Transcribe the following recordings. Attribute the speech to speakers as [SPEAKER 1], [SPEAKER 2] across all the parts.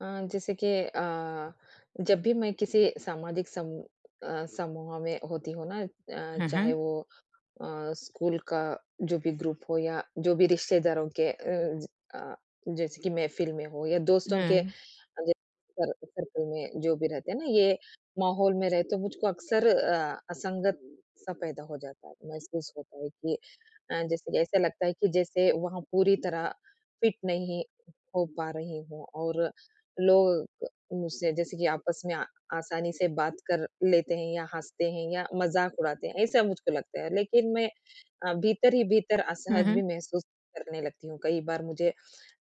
[SPEAKER 1] अ, जैसे कि जब भी मैं किसी सामाजिक समूह में होती हूँ ना, चाहे
[SPEAKER 2] हम्म।
[SPEAKER 1] वो स्कूल का जो भी ग्रुप हो या जो भी रिश्तेदारों के अ, जैसे कि महफ़िल में हो या दोस्तों के
[SPEAKER 2] हम्म।
[SPEAKER 1] ज सर सर्कल में जो भी रहते हैं ना, ये माहौल में रहते मुझको अक्सर असंगत सा पैदा हो जाता है, महसूस होता है कि जैसे कि ऐसा लगता है कि जैसे वहाँ पूरी तरह फ़िट नहीं हो पा रही हूँ, और लोग मुझसे जैसे कि आपस में आसानी से बात कर लेते हैं या हँसते हैं या मज़ाक उड़ाते हैं, ऐसा मुझको लगता है। लेकिन मैं भीतर ही भीतर
[SPEAKER 2] हम्म।
[SPEAKER 1] असहज
[SPEAKER 2] हम्म।
[SPEAKER 1] भी महसूस करने लगती हूँ। कई बार मुझे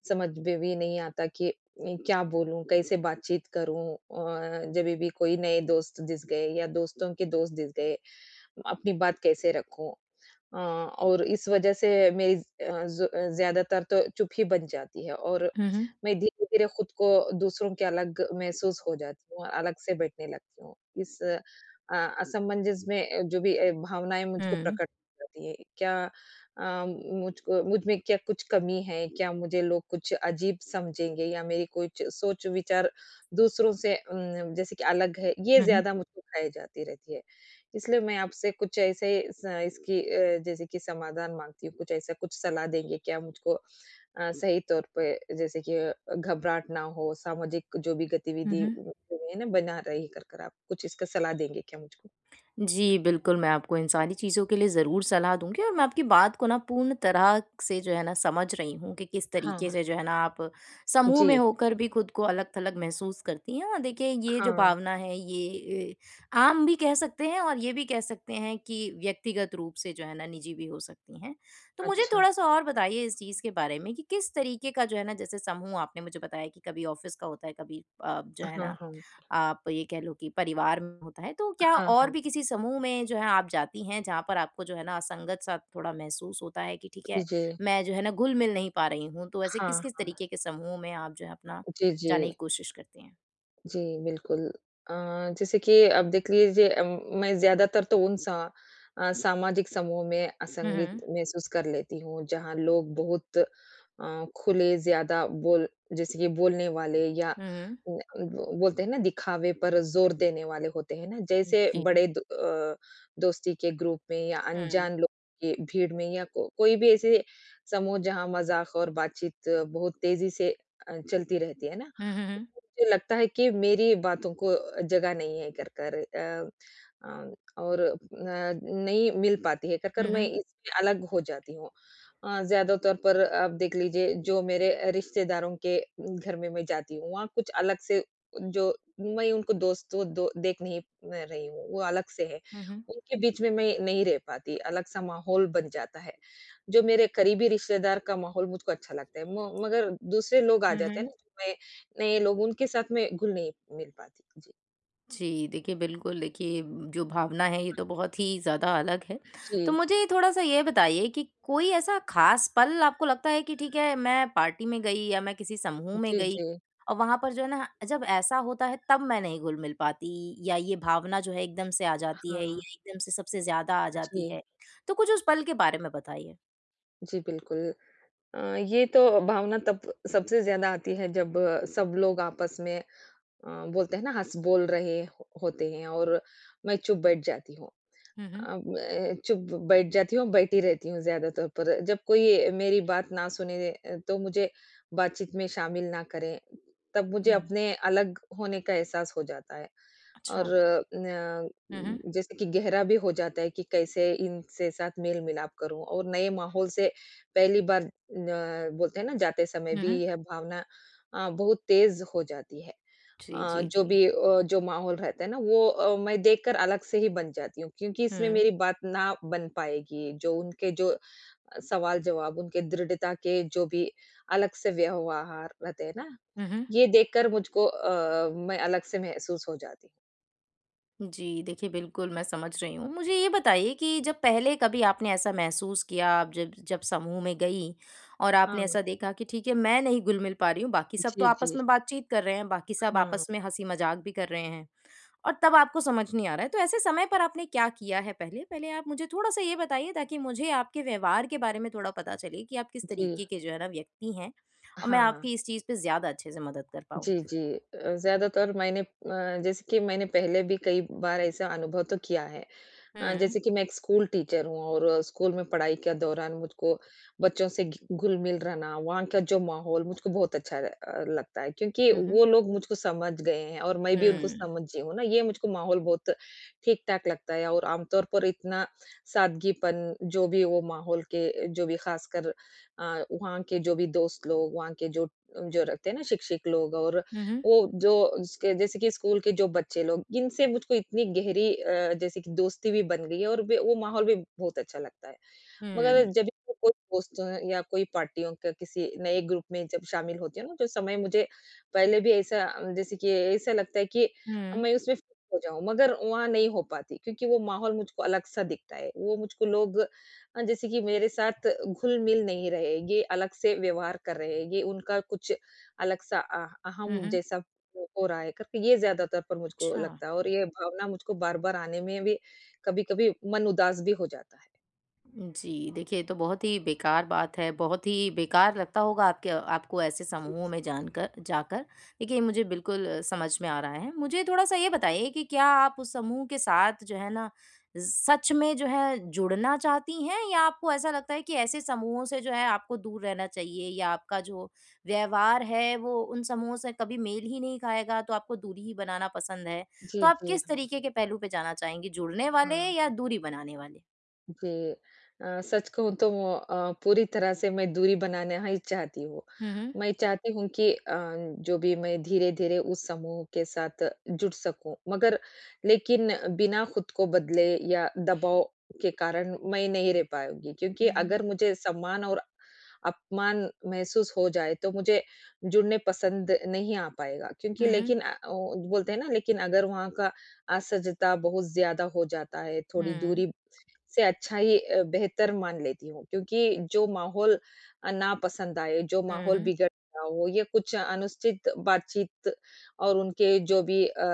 [SPEAKER 1] समझ में भी नहीं आता कि क्या बोलूँ, कैसे बातचीत करूँ? जभी भी कोई नए दोस्त दिस गए या दोस्तों के दोस्त दिस गए, अपनी बात कैसे रखूँ? अ, और इस वजह से मेरी अ, ज़ ज़्यादातर तो चुप ही बन जाती है, और
[SPEAKER 2] हम्म।
[SPEAKER 1] मैं धीरे-धीरे खुद को दूसरों के अलग महसूस हो जाती हूँ, और अलग से बैठने लगती हूँ। इस असमंजस में जो भी भावनाएँ मुझको
[SPEAKER 2] हम्म।
[SPEAKER 1] प्रकट होती है, क्या मुझको मुझ में क्या कुछ कमी है? क्या मुझे लोग कुछ अजीब समझेंगे या मेरी कुछ सोच-विचार दूसरों से जैसे कि अलग है, ये
[SPEAKER 2] हम्म।
[SPEAKER 1] ज़्यादा मुझको खाई जाती रहती है। इसलिए मैं आपसे कुछ ऐसे स इसकी जैसे कि समाधान माँगती हूँ, कुछ ऐसा कुछ सलाह देंगे क्या मुझको सही तौर पे जैसे कि घबराहट ना हो, सामाजिक जो भी गतिविधि
[SPEAKER 2] हम्म।
[SPEAKER 1] जो है ना बना रही कर कर आप कुछ इसका सलाह देंगे क्या मुझको?
[SPEAKER 2] जी, बिल्कुल, मैं आपको इन सारी चीज़ों के लिए ज़रूर सलाह दूँगी और मैं आपकी बात को ना पूर्ण तरह से जो है ना समझ रही हूँ कि किस
[SPEAKER 1] हाँ,
[SPEAKER 2] तरीके
[SPEAKER 1] हाँ।
[SPEAKER 2] से जो है ना आप समूह में
[SPEAKER 1] जी,
[SPEAKER 2] होकर भी खुद को अलग-थलग महसूस करती हैं। और देखिए, ये जो
[SPEAKER 1] हाँ,
[SPEAKER 2] भावना है, ये आम भी कह सकते हैं और ये भी कह सकते हैं कि व्यक्तिगत रूप से जो है ना निजी भी हो सकती हैं। तो मुझे
[SPEAKER 1] अच्छा।
[SPEAKER 2] थोड़ा-सा और बताइए इस चीज़ के बारे में कि किस तरीके का जो है ना जैसे समूह आपने मुझे बताया कि कभी ऑफ़िस का होता है, कभी जो है
[SPEAKER 1] हाँ,
[SPEAKER 2] ना
[SPEAKER 1] हाँ।
[SPEAKER 2] आप ये कह लो कि परिवार में होता है, तो क्या
[SPEAKER 1] हाँ,
[SPEAKER 2] और
[SPEAKER 1] हाँ।
[SPEAKER 2] भी किसी समूह में जो है आप जाती हैं, जहाँ पर आपको जो है ना असंगत-सा थोड़ा महसूस होता है कि ठीक
[SPEAKER 1] जी,
[SPEAKER 2] है,
[SPEAKER 1] जी।
[SPEAKER 2] मैं जो है ना घुल-मिल नहीं पा रही हूँ? तो ऐसे
[SPEAKER 1] हाँ,
[SPEAKER 2] किस-किस
[SPEAKER 1] हाँ।
[SPEAKER 2] तरीके के समूह में आप जो है अपना
[SPEAKER 1] जी, जी।
[SPEAKER 2] जाने की कोशिश करती हैं?
[SPEAKER 1] जी, बिल्कुल। अ, जैसे कि अब देख लीजिए, मैं ज़्यादातर तो सामाजिक समूह में
[SPEAKER 2] हुँ, हुँ।
[SPEAKER 1] असंगत महसूस कर लेती हूँ, जहाँ लोग बहुत खुले ज़्यादा बोल जैसे कि बोलने वाले या
[SPEAKER 2] हुँ, हुँ।
[SPEAKER 1] उम, ब बोलते हैं ना, दिखावे पर ज़ोर देने वाले होते हैं ना, जैसे
[SPEAKER 2] जी।
[SPEAKER 1] दोस्ती के ग्रुप में या
[SPEAKER 2] हुँ, हुँ।
[SPEAKER 1] अनजान लोग की भीड़ में या को कोई भी ऐसे समूह जहाँ मज़ाक और बातचीत बहुत तेज़ी से चलती रहती है ना,
[SPEAKER 2] हुँ, हुँ, हुँ।
[SPEAKER 1] मुझे लगता है कि मेरी बातों को जगह नहीं है कर कर अ, और नहीं मिल पाती है कर कर,
[SPEAKER 2] हुँ,
[SPEAKER 1] मैं
[SPEAKER 2] हुँ।
[SPEAKER 1] इसमें अलग हो जाती हूँ। ज़्यादातर पर आप देख लीजिए जो मेरे रिश्तेदारों के घर में मैं जाती हूँ, वहाँ कुछ अलग से जो मैं उनको दोस्तों दो देख नहीं मैं रही हूँ, वो अलग से है।
[SPEAKER 2] हुँ, हुँ।
[SPEAKER 1] उनके बीच में मैं नहीं रह पाती, अलग-सा माहौल बन जाता है। जो मेरे करीबी रिश्तेदार का माहौल मुझको अच्छा लगता है, म मगर दूसरे लोग आ
[SPEAKER 2] हुँ,
[SPEAKER 1] जाते
[SPEAKER 2] हुँ।
[SPEAKER 1] हैं ना, मैं नए लोग उनके साथ में घुल नहीं मिल पाती। जी।
[SPEAKER 2] जी, देखिए बिल्कुल, देखिए, जो भावना है ये तो बहुत ही ज़्यादा अलग है। तो
[SPEAKER 1] जी,
[SPEAKER 2] मुझे थोड़ा-सा ये बताइए कि कोई ऐसा ख़ास पल आपको लगता है कि ठीक है, मैं पार्टी में गई या मैं किसी समूह में
[SPEAKER 1] जी,
[SPEAKER 2] गई
[SPEAKER 1] जी।
[SPEAKER 2] और वहाँ पर जो है ना जब ऐसा होता है, तब मैं नहीं घुल-मिल पाती, या ये भावना जो है एकदम से आ जाती है या
[SPEAKER 1] हाँ,
[SPEAKER 2] एकदम से सबसे ज़्यादा आ जाती
[SPEAKER 1] जी,
[SPEAKER 2] है? तो कुछ उस पल के बारे में बताइए।
[SPEAKER 1] जी, बिल्कुल। ये तो भावना तब सबसे ज़्यादा आती है जब सब लोग आपस में बोलते हैं ना, हँस बोल रहे हो होते हैं और मैं चुप बैठ जाती हूँ।
[SPEAKER 2] हुँ, हुँ।
[SPEAKER 1] मैं चुप बैठ जाती हूँ, बैठी रहती हूँ ज़्यादातर पर जब कोई मेरी बात ना सुने, तो मुझे बातचीत में शामिल ना करें, तब मुझे
[SPEAKER 2] हुँ।
[SPEAKER 1] अपने अलग होने का एहसास हो जाता है। और
[SPEAKER 2] अच्छा।
[SPEAKER 1] न
[SPEAKER 2] हुँ, हुँ।
[SPEAKER 1] जैसे कि गहरा भी हो जाता है कि कैसे इनसे साथ मेल-मिलाप करूँ, और नए माहौल से पहली बार न बोलते हैं ना, जाते समय
[SPEAKER 2] हुँ,
[SPEAKER 1] भी
[SPEAKER 2] हुँ।
[SPEAKER 1] यह भावना बहुत तेज़ हो जाती है।
[SPEAKER 2] जी, जी, जी।
[SPEAKER 1] जो माहौल रहता है ना वो मैं देखकर अलग से ही बन जाती हूँ क्योंकि इसमें
[SPEAKER 2] हुँ।
[SPEAKER 1] मेरी बात ना बन पाएगी। जो उनके जो सवाल-जवाब, उनके दृढ़ता के जो भी अलग से व्यवहार रहते हैं ना,
[SPEAKER 2] हुँ, हुँ।
[SPEAKER 1] ये देखकर मुझको मैं अलग से महसूस हो जाती
[SPEAKER 2] जी, देखिए बिल्कुल, मैं समझ रही हूँ। मुझे ये बताइए कि जब पहले कभी आपने ऐसा महसूस किया, आप जब जब समूह में गई और
[SPEAKER 1] हूँ।
[SPEAKER 2] आपने
[SPEAKER 1] हाँ।
[SPEAKER 2] ऐसा देखा कि ठीक है, मैं नहीं घुल-मिल पा रही हूँ, बाकी सब तो
[SPEAKER 1] जी,
[SPEAKER 2] आपस
[SPEAKER 1] जी।
[SPEAKER 2] में बातचीत कर रहे हैं, बाकी सब
[SPEAKER 1] हाँ,
[SPEAKER 2] आपस में हँसी-मज़ाक भी कर रहे हैं और तब आपको समझ नहीं आ रहा है। तो ऐसे समय पर आपने क्या किया है पहले? पहले आप मुझे थोड़ा-सा ये बताइए, ताकि मुझे आपके व्यवहार के बारे में थोड़ा पता चले कि आप किस
[SPEAKER 1] जी,
[SPEAKER 2] तरीके के जो है ना व्यक्ति हैं और मैं
[SPEAKER 1] हाँ।
[SPEAKER 2] आपकी इस चीज़ पे ज़्यादा अच्छे से मदद कर
[SPEAKER 1] जी,
[SPEAKER 2] पाऊँगी फिर।
[SPEAKER 1] जी। ज़्यादातर मैंने अ, जैसे कि मैंने पहले भी कई बार ऐसा अनुभव तो किया है।
[SPEAKER 2] हुँ।
[SPEAKER 1] जैसे कि मैं एक स्कूल टीचर हूँ, और स्कूल में पढ़ाई के दौरान मुझको बच्चों से घुल-मिल रहना, वहाँ का जो माहौल मुझको बहुत अच्छा लगता है क्योंकि
[SPEAKER 2] हुँ, हुँ।
[SPEAKER 1] वो लोग मुझको समझ गए हैं और मैं भी उनको
[SPEAKER 2] हुँ।
[SPEAKER 1] समझी हूँ ना, ये मुझको माहौल बहुत ठीक-ठाक लगता है, और आमतौर पर इतना सादगीपन जो भी वो माहौल के जो भी खासकर वहाँ के जो भी दोस्त लोग, वहाँ के जो जो रखते हैं ना शिक्षक लोग, और
[SPEAKER 2] हुँ, हुँ।
[SPEAKER 1] वो जो उसके जैसे कि स्कूल के जो बच्चे लोग, इनसे मुझको इतनी गहरी जैसे कि दोस्ती भी बन गई है और वे वो माहौल भी बहुत अच्छा लगता है। मगर जब भी मैं कोई दोस्तों या कोई पार्टियों का किसी नए ग्रुप में जब शामिल होती हूँ ना, जो समय मुझे पहले भी ऐसा जैसे कि ऐसा लगता है कि
[SPEAKER 2] हुँ।
[SPEAKER 1] मैं उसमें फिट हो जाऊँ, मगर वहाँ नहीं हो पाती क्योंकि वो माहौल मुझको अलग-सा दिखता है। वो मुझको लोग जैसे कि मेरे साथ घुल-मिल नहीं रहे, ये अलग से व्यवहार कर रहे हैं, ये उनका कुछ अलग-सा अह
[SPEAKER 2] हुँ,
[SPEAKER 1] अहम
[SPEAKER 2] हुँ।
[SPEAKER 1] जैसा हो रहा है करके, ये ज़्यादातर पर मुझको
[SPEAKER 2] अच्छा।
[SPEAKER 1] लगता है और ये भावना मुझको बार-बार आने में भी कभी-कभी मन उदास भी हो जाता है।
[SPEAKER 2] जी, देखिए, ये तो बहुत ही बेकार बात है, बहुत ही बेकार लगता होगा आपके आपको ऐसे
[SPEAKER 1] जी,
[SPEAKER 2] समूहों में
[SPEAKER 1] जी।
[SPEAKER 2] जानकर जाकर। देखिए, मुझे बिल्कुल समझ में आ रहा है। मुझे थोड़ा-सा ये बताइए कि क्या आप उस समूह के साथ जो है ना सच में जो है जुड़ना चाहती हैं, या आपको ऐसा लगता है कि ऐसे समूहों से जो है आपको दूर रहना चाहिए, या आपका जो व्यवहार है वो उन समूहों से कभी मेल ही नहीं खाएगा, तो आपको दूरी ही बनाना पसंद है? तो
[SPEAKER 1] जी,
[SPEAKER 2] आप किस
[SPEAKER 1] जी।
[SPEAKER 2] तरीके के पहलू पे जाना चाहेंगी, जुड़ने वाले
[SPEAKER 1] हाँ।
[SPEAKER 2] या दूरी बनाने वाले?
[SPEAKER 1] जी। सच कहूँ तो पूरी तरह से मैं दूरी बनाना ही चाहती हूँ।
[SPEAKER 2] हुँ, हुँ।
[SPEAKER 1] मैं चाहती हूँ कि जो भी मैं धीरे-धीरे उस समूह के साथ जुड़ सकूँ। मगर लेकिन बिना खुद को बदले या दबाव के कारण मैं नहीं रह पाऊँगी क्योंकि
[SPEAKER 2] हुँ, हुँ।
[SPEAKER 1] अगर मुझे सम्मान और अपमान महसूस हो जाए तो मुझे जुड़ने पसंद नहीं आ पाएगा, क्योंकि
[SPEAKER 2] हुँ, हुँ।
[SPEAKER 1] लेकिन अ, ओ बोलते हैं ना, लेकिन अगर वहाँ का असहजता बहुत ज़्यादा हो जाता है, थोड़ी दूरी से अच्छा ही बेहतर मान लेती हूँ क्योंकि जो माहौल ना पसंद आए, जो
[SPEAKER 2] हुँ,
[SPEAKER 1] माहौल
[SPEAKER 2] हुँ।
[SPEAKER 1] बिगड़ रहा हो या कुछ अनुचित बातचीत और उनके जो भी अ,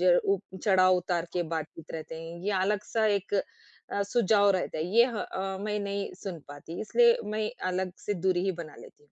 [SPEAKER 1] ज उ चढ़ाव-उतार के बातचीत रहते हैं, ये अलग-सा एक सुझाव रहता है। मैं नहीं सुन पाती, इसलिए मैं अलग से दूरी ही बना लेती हूँ।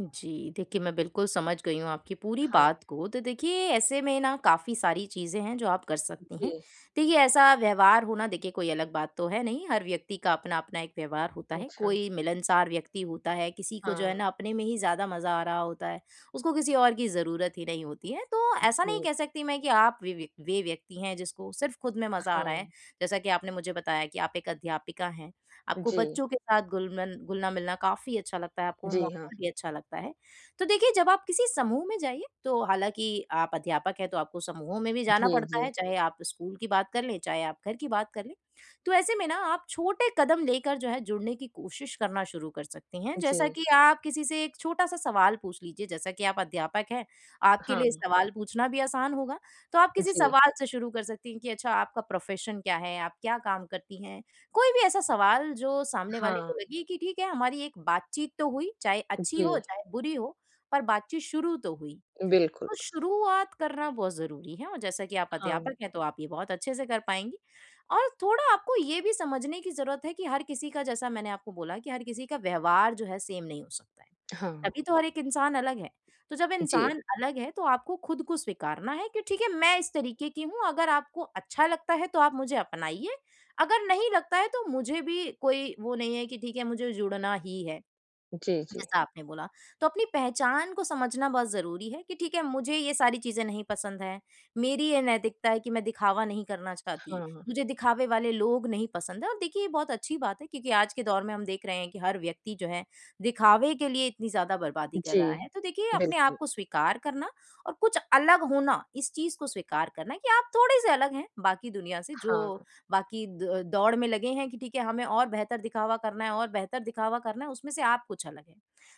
[SPEAKER 2] जी, देखिए, मैं बिल्कुल समझ गई हूँ आपकी पूरी
[SPEAKER 1] हाँ,
[SPEAKER 2] बात को। तो देखिए, ऐसे में ना काफ़ी सारी चीज़ें हैं जो आप कर सकती हैं।
[SPEAKER 1] जी।
[SPEAKER 2] देखिए, ऐसा व्यवहार होना, देखिए कोई अलग बात तो है नहीं, हर व्यक्ति का अपना-अपना एक व्यवहार होता है।
[SPEAKER 1] अच्छा,
[SPEAKER 2] कोई मिलनसार व्यक्ति होता है, किसी को जो
[SPEAKER 1] हाँ,
[SPEAKER 2] है ना अपने में ही ज़्यादा मज़ा आ रहा होता है, उसको किसी और की ज़रूरत ही नहीं होती है। तो ऐसा नहीं
[SPEAKER 1] जी,
[SPEAKER 2] कह सकती मैं कि आप वे व्यक्ति हैं जिसको सिर्फ़ खुद में मज़ा आ रहा है।
[SPEAKER 1] हाँ,
[SPEAKER 2] जैसा कि आपने मुझे बताया कि आप एक अध्यापिका हैं। आपको
[SPEAKER 1] जी,
[SPEAKER 2] बच्चों के साथ घुलमन घुलना-मिलना काफ़ी अच्छा लगता है, आपको वो
[SPEAKER 1] जी, हाँ,
[SPEAKER 2] माहौल भी अच्छा लगता है। तो देखिए, जब आप किसी समूह में जाइए, तो हालाँकि आप अध्यापक हैं तो आपको समूहों में भी जाना
[SPEAKER 1] जी,
[SPEAKER 2] पड़ता
[SPEAKER 1] जी,
[SPEAKER 2] है, चाहे आप स्कूल की बात कर लें, चाहे आप घर की बात कर लें। तो ऐसे में ना आप छोटे कदम लेकर जो है जुड़ने की कोशिश करना शुरू कर सकती हैं।
[SPEAKER 1] जी,
[SPEAKER 2] जैसा कि आप किसी से एक छोटा-सा सवाल पूछ लीजिए, जैसा कि आप अध्यापक हैं, आपके लिए
[SPEAKER 1] हाँ,
[SPEAKER 2] सवाल पूछना भी आसान होगा। तो आप किसी
[SPEAKER 1] जी,
[SPEAKER 2] सवाल से शुरू कर सकती हैं कि अच्छा, आपका प्रोफ़ेशन क्या है? आप क्या काम करती हैं? कोई भी ऐसा सवाल जो सामने वाले को
[SPEAKER 1] हाँ,
[SPEAKER 2] लगे कि ठीक है, हमारी एक बातचीत तो हुई, चाहे अच्छी
[SPEAKER 1] जी,
[SPEAKER 2] हो चाहे बुरी हो, पर बातचीत शुरू तो हुई।
[SPEAKER 1] बिल्कुल।
[SPEAKER 2] तो शुरुआत करना बहुत ज़रूरी है, और जैसा कि आप
[SPEAKER 1] हाँ,
[SPEAKER 2] अध्यापक हैं, तो आप ये बहुत अच्छे से कर पाएँगी। और थोड़ा आपको ये भी समझने की ज़रूरत है कि हर किसी का, जैसा मैंने आपको बोला, कि हर किसी का व्यवहार जो है सेम नहीं हो सकता है।
[SPEAKER 1] हाँ।
[SPEAKER 2] तभी तो हर एक इंसान अलग है। तो जब
[SPEAKER 1] जी,
[SPEAKER 2] इंसान अलग है, तो आपको खुद को स्वीकारना है कि ठीक है, मैं इस तरीके की हूँ, अगर आपको अच्छा लगता है, तो आप मुझे अपनाइए, अगर नहीं लगता है, तो मुझे भी कोई वो नहीं है कि ठीक है, मुझे जुड़ना ही है।
[SPEAKER 1] जी, जी।
[SPEAKER 2] जैसा आपने बोला, तो अपनी पहचान को समझना बहुत ज़रूरी है कि ठीक है, मुझे ये सारी चीज़ें नहीं पसंद हैं, मेरी ये नैतिकता है कि मैं दिखावा नहीं करना चाहती,
[SPEAKER 1] हाँ,
[SPEAKER 2] मुझे दिखावे वाले लोग नहीं पसंद हैं। और देखिए, ये बहुत अच्छी बात है, क्योंकि आज के दौर में हम देख रहे हैं कि हर व्यक्ति जो है दिखावे के लिए इतनी ज़्यादा बर्बादी कर
[SPEAKER 1] जी।
[SPEAKER 2] रहा है। तो देखिए, अपने आप
[SPEAKER 1] बिल्कुल,
[SPEAKER 2] को स्वीकार करना और कुछ अलग होना, इस चीज़ को स्वीकार करना कि आप थोड़े-से अलग हैं बाकी दुनिया से, जो
[SPEAKER 1] हाँ,
[SPEAKER 2] बाकी द दौड़ में लगे हैं कि ठीक है, हमें और बेहतर दिखावा करना है और बेहतर दिखावा करना है, उसमें से आप कुछ अलग हैं।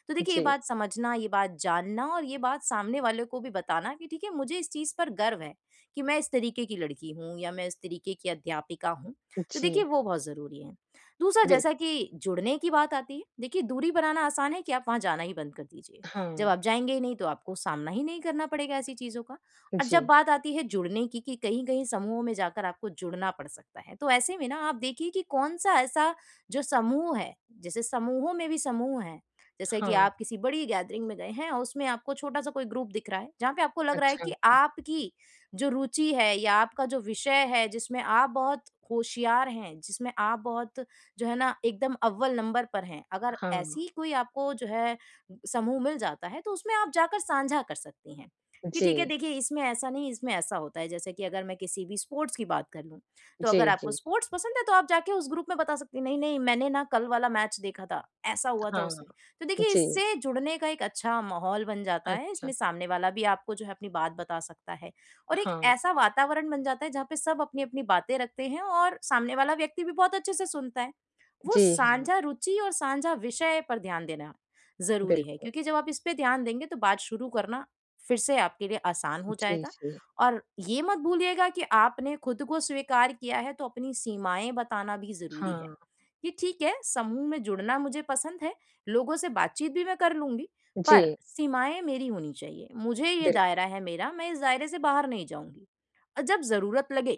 [SPEAKER 2] तो देखिए, ये
[SPEAKER 1] जी,
[SPEAKER 2] बात समझना, ये बात जानना और ये बात सामने वाले को भी बताना कि ठीक है, मुझे इस चीज़ पर गर्व है कि मैं इस तरीके की लड़की हूँ या मैं इस तरीके की अध्यापिका हूँ। तो
[SPEAKER 1] जी,
[SPEAKER 2] देखिए, वो बहुत ज़रूरी है। दूसरा,
[SPEAKER 1] बिल
[SPEAKER 2] जैसा कि जुड़ने की बात आती है, देखिए, दूरी बनाना आसान है कि आप वहाँ जाना ही बंद कर दीजिए। जब
[SPEAKER 1] हाँ,
[SPEAKER 2] आप जाएँगे ही नहीं, तो आपको सामना ही नहीं करना पड़ेगा ऐसी चीज़ों का। और
[SPEAKER 1] जी,
[SPEAKER 2] जब बात आती है जुड़ने की कि कहीं-कहीं समूहों में जाकर आपको जुड़ना पड़ सकता है, तो ऐसे में ना आप देखिए कि कौन-सा ऐसा जो समूह है, जैसे समूहों में भी समूह हैं, जैसे कि
[SPEAKER 1] हाँ,
[SPEAKER 2] आप किसी बड़ी गैदरिंग में गए हैं और उसमें आपको छोटा-सा कोई ग्रुप दिख रहा है, जहाँ पे आपको लग रहा है
[SPEAKER 1] अच्छा,
[SPEAKER 2] कि आपकी जो रुचि है या आपका जो विषय है, जिसमें आप बहुत होशियार हैं, जिसमें आप बहुत जो है ना एकदम अव्वल नंबर पर हैं। अगर
[SPEAKER 1] हाँ,
[SPEAKER 2] ऐसी कोई आपको जो है समूह मिल जाता है, तो उसमें आप जाकर साझा कर सकती हैं कि ठीक है,
[SPEAKER 1] जी,
[SPEAKER 2] देखिए इसमें ऐसा नहीं, इसमें ऐसा होता है। जैसे कि अगर मैं किसी भी स्पोर्ट्स की बात कर लूँ, तो अगर
[SPEAKER 1] जी,
[SPEAKER 2] आपको
[SPEAKER 1] जी,
[SPEAKER 2] स्पोर्ट्स पसंद है, तो आप जाके उस ग्रुप में बता सकती हैं, नहीं-नहीं, मैंने ना कल वाला मैच देखा था, ऐसा हुआ था
[SPEAKER 1] हाँ,
[SPEAKER 2] उसमें। तो देखिए,
[SPEAKER 1] जी,
[SPEAKER 2] इससे जुड़ने का एक अच्छा माहौल बन जाता है,
[SPEAKER 1] अच्छा,
[SPEAKER 2] इसमें सामने वाला भी आपको जो है अपनी बात बता सकता है और एक
[SPEAKER 1] हाँ,
[SPEAKER 2] ऐसा वातावरण बन जाता है जहाँ पे सब अपनी अपनी बातें रखते हैं और सामने वाला व्यक्ति भी बहुत अच्छे से सुनता है। वो
[SPEAKER 1] जी, हाँ,
[SPEAKER 2] साझा रुचि और साझा विषय पर ध्यान देना जरूरी है,
[SPEAKER 1] बिल्कुल,
[SPEAKER 2] क्योंकि जब आप इस पे ध्यान देंगे, तो बात शुरू करना फिर से आपके लिए आसान हो
[SPEAKER 1] जी,
[SPEAKER 2] जाएगा।
[SPEAKER 1] जी,
[SPEAKER 2] और ये मत भूलिएगा कि आपने खुद को स्वीकार किया है, तो अपनी सीमाएं बताना भी जरूरी है
[SPEAKER 1] हाँ,
[SPEAKER 2] कि ठीक है, समूह में जुड़ना मुझे पसंद है, लोगों से बातचीत भी मैं कर लूँगी, पर
[SPEAKER 1] जी,
[SPEAKER 2] सीमाएँ मेरी होनी चाहिए। मुझे ये
[SPEAKER 1] बिल्कुल,
[SPEAKER 2] दायरा है मेरा, मैं इस दायरे से बाहर नहीं जाऊँगी। और जब ज़रूरत लगे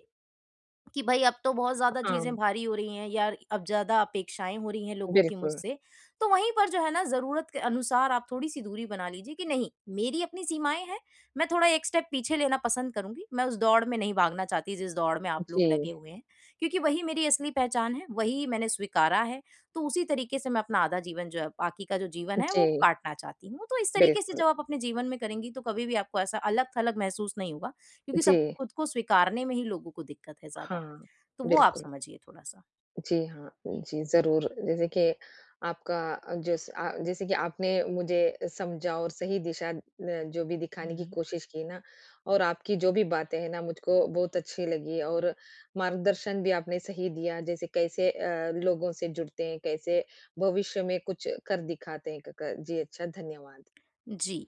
[SPEAKER 2] कि भाई, अब तो बहुत ज़्यादा चीज़ें
[SPEAKER 1] हाँ,
[SPEAKER 2] भारी हो रही हैं या अब ज़्यादा अपेक्षाएँ हो रही हैं लोगों की
[SPEAKER 1] बिल्कुल,
[SPEAKER 2] मुझसे, तो वहीं पर जो है ना ज़रूरत के अनुसार आप थोड़ी-सी दूरी बना लीजिए कि नहीं, मेरी अपनी सीमाएँ हैं, मैं थोड़ा एक स्टेप पीछे लेना पसंद करूँगी। मैं उस दौड़ में नहीं भागना चाहती जिस दौड़ में आप
[SPEAKER 1] जी,
[SPEAKER 2] लोग लगे हुए हैं, क्योंकि वही मेरी असली पहचान है, वही मैंने स्वीकारा है। तो उसी तरीके से मैं अपना आधा जीवन जो है, बाकी का जो जीवन है वो
[SPEAKER 1] जी,
[SPEAKER 2] काटना चाहती हूँ। तो इस तरीके से
[SPEAKER 1] बिल्कुल,
[SPEAKER 2] जब आप अपने जीवन में करेंगी, तो कभी भी आपको ऐसा अलग-थलग महसूस नहीं होगा, क्योंकि
[SPEAKER 1] जी,
[SPEAKER 2] सब खुद को स्वीकारने में ही लोगों को दिक्कत है ज़्यादा।
[SPEAKER 1] हाँ,
[SPEAKER 2] तो वो आप
[SPEAKER 1] बिल्कुल।
[SPEAKER 2] समझिए थोड़ा-सा।
[SPEAKER 1] जी हाँ, जी ज़रूर। जैसे कि जैसे कि आपने मुझे समझा और सही दिशा जो भी
[SPEAKER 2] हुँ,
[SPEAKER 1] दिखाने की
[SPEAKER 2] हुँ।
[SPEAKER 1] कोशिश की ना, और आपकी जो भी बातें हैं ना, मुझको बहुत अच्छी लगी, और मार्गदर्शन भी आपने सही दिया, जैसे कैसे लोगों से जुड़ते हैं, कैसे भविष्य में कुछ कर दिखाते हैं। क क जी अच्छा, धन्यवाद।
[SPEAKER 2] जी।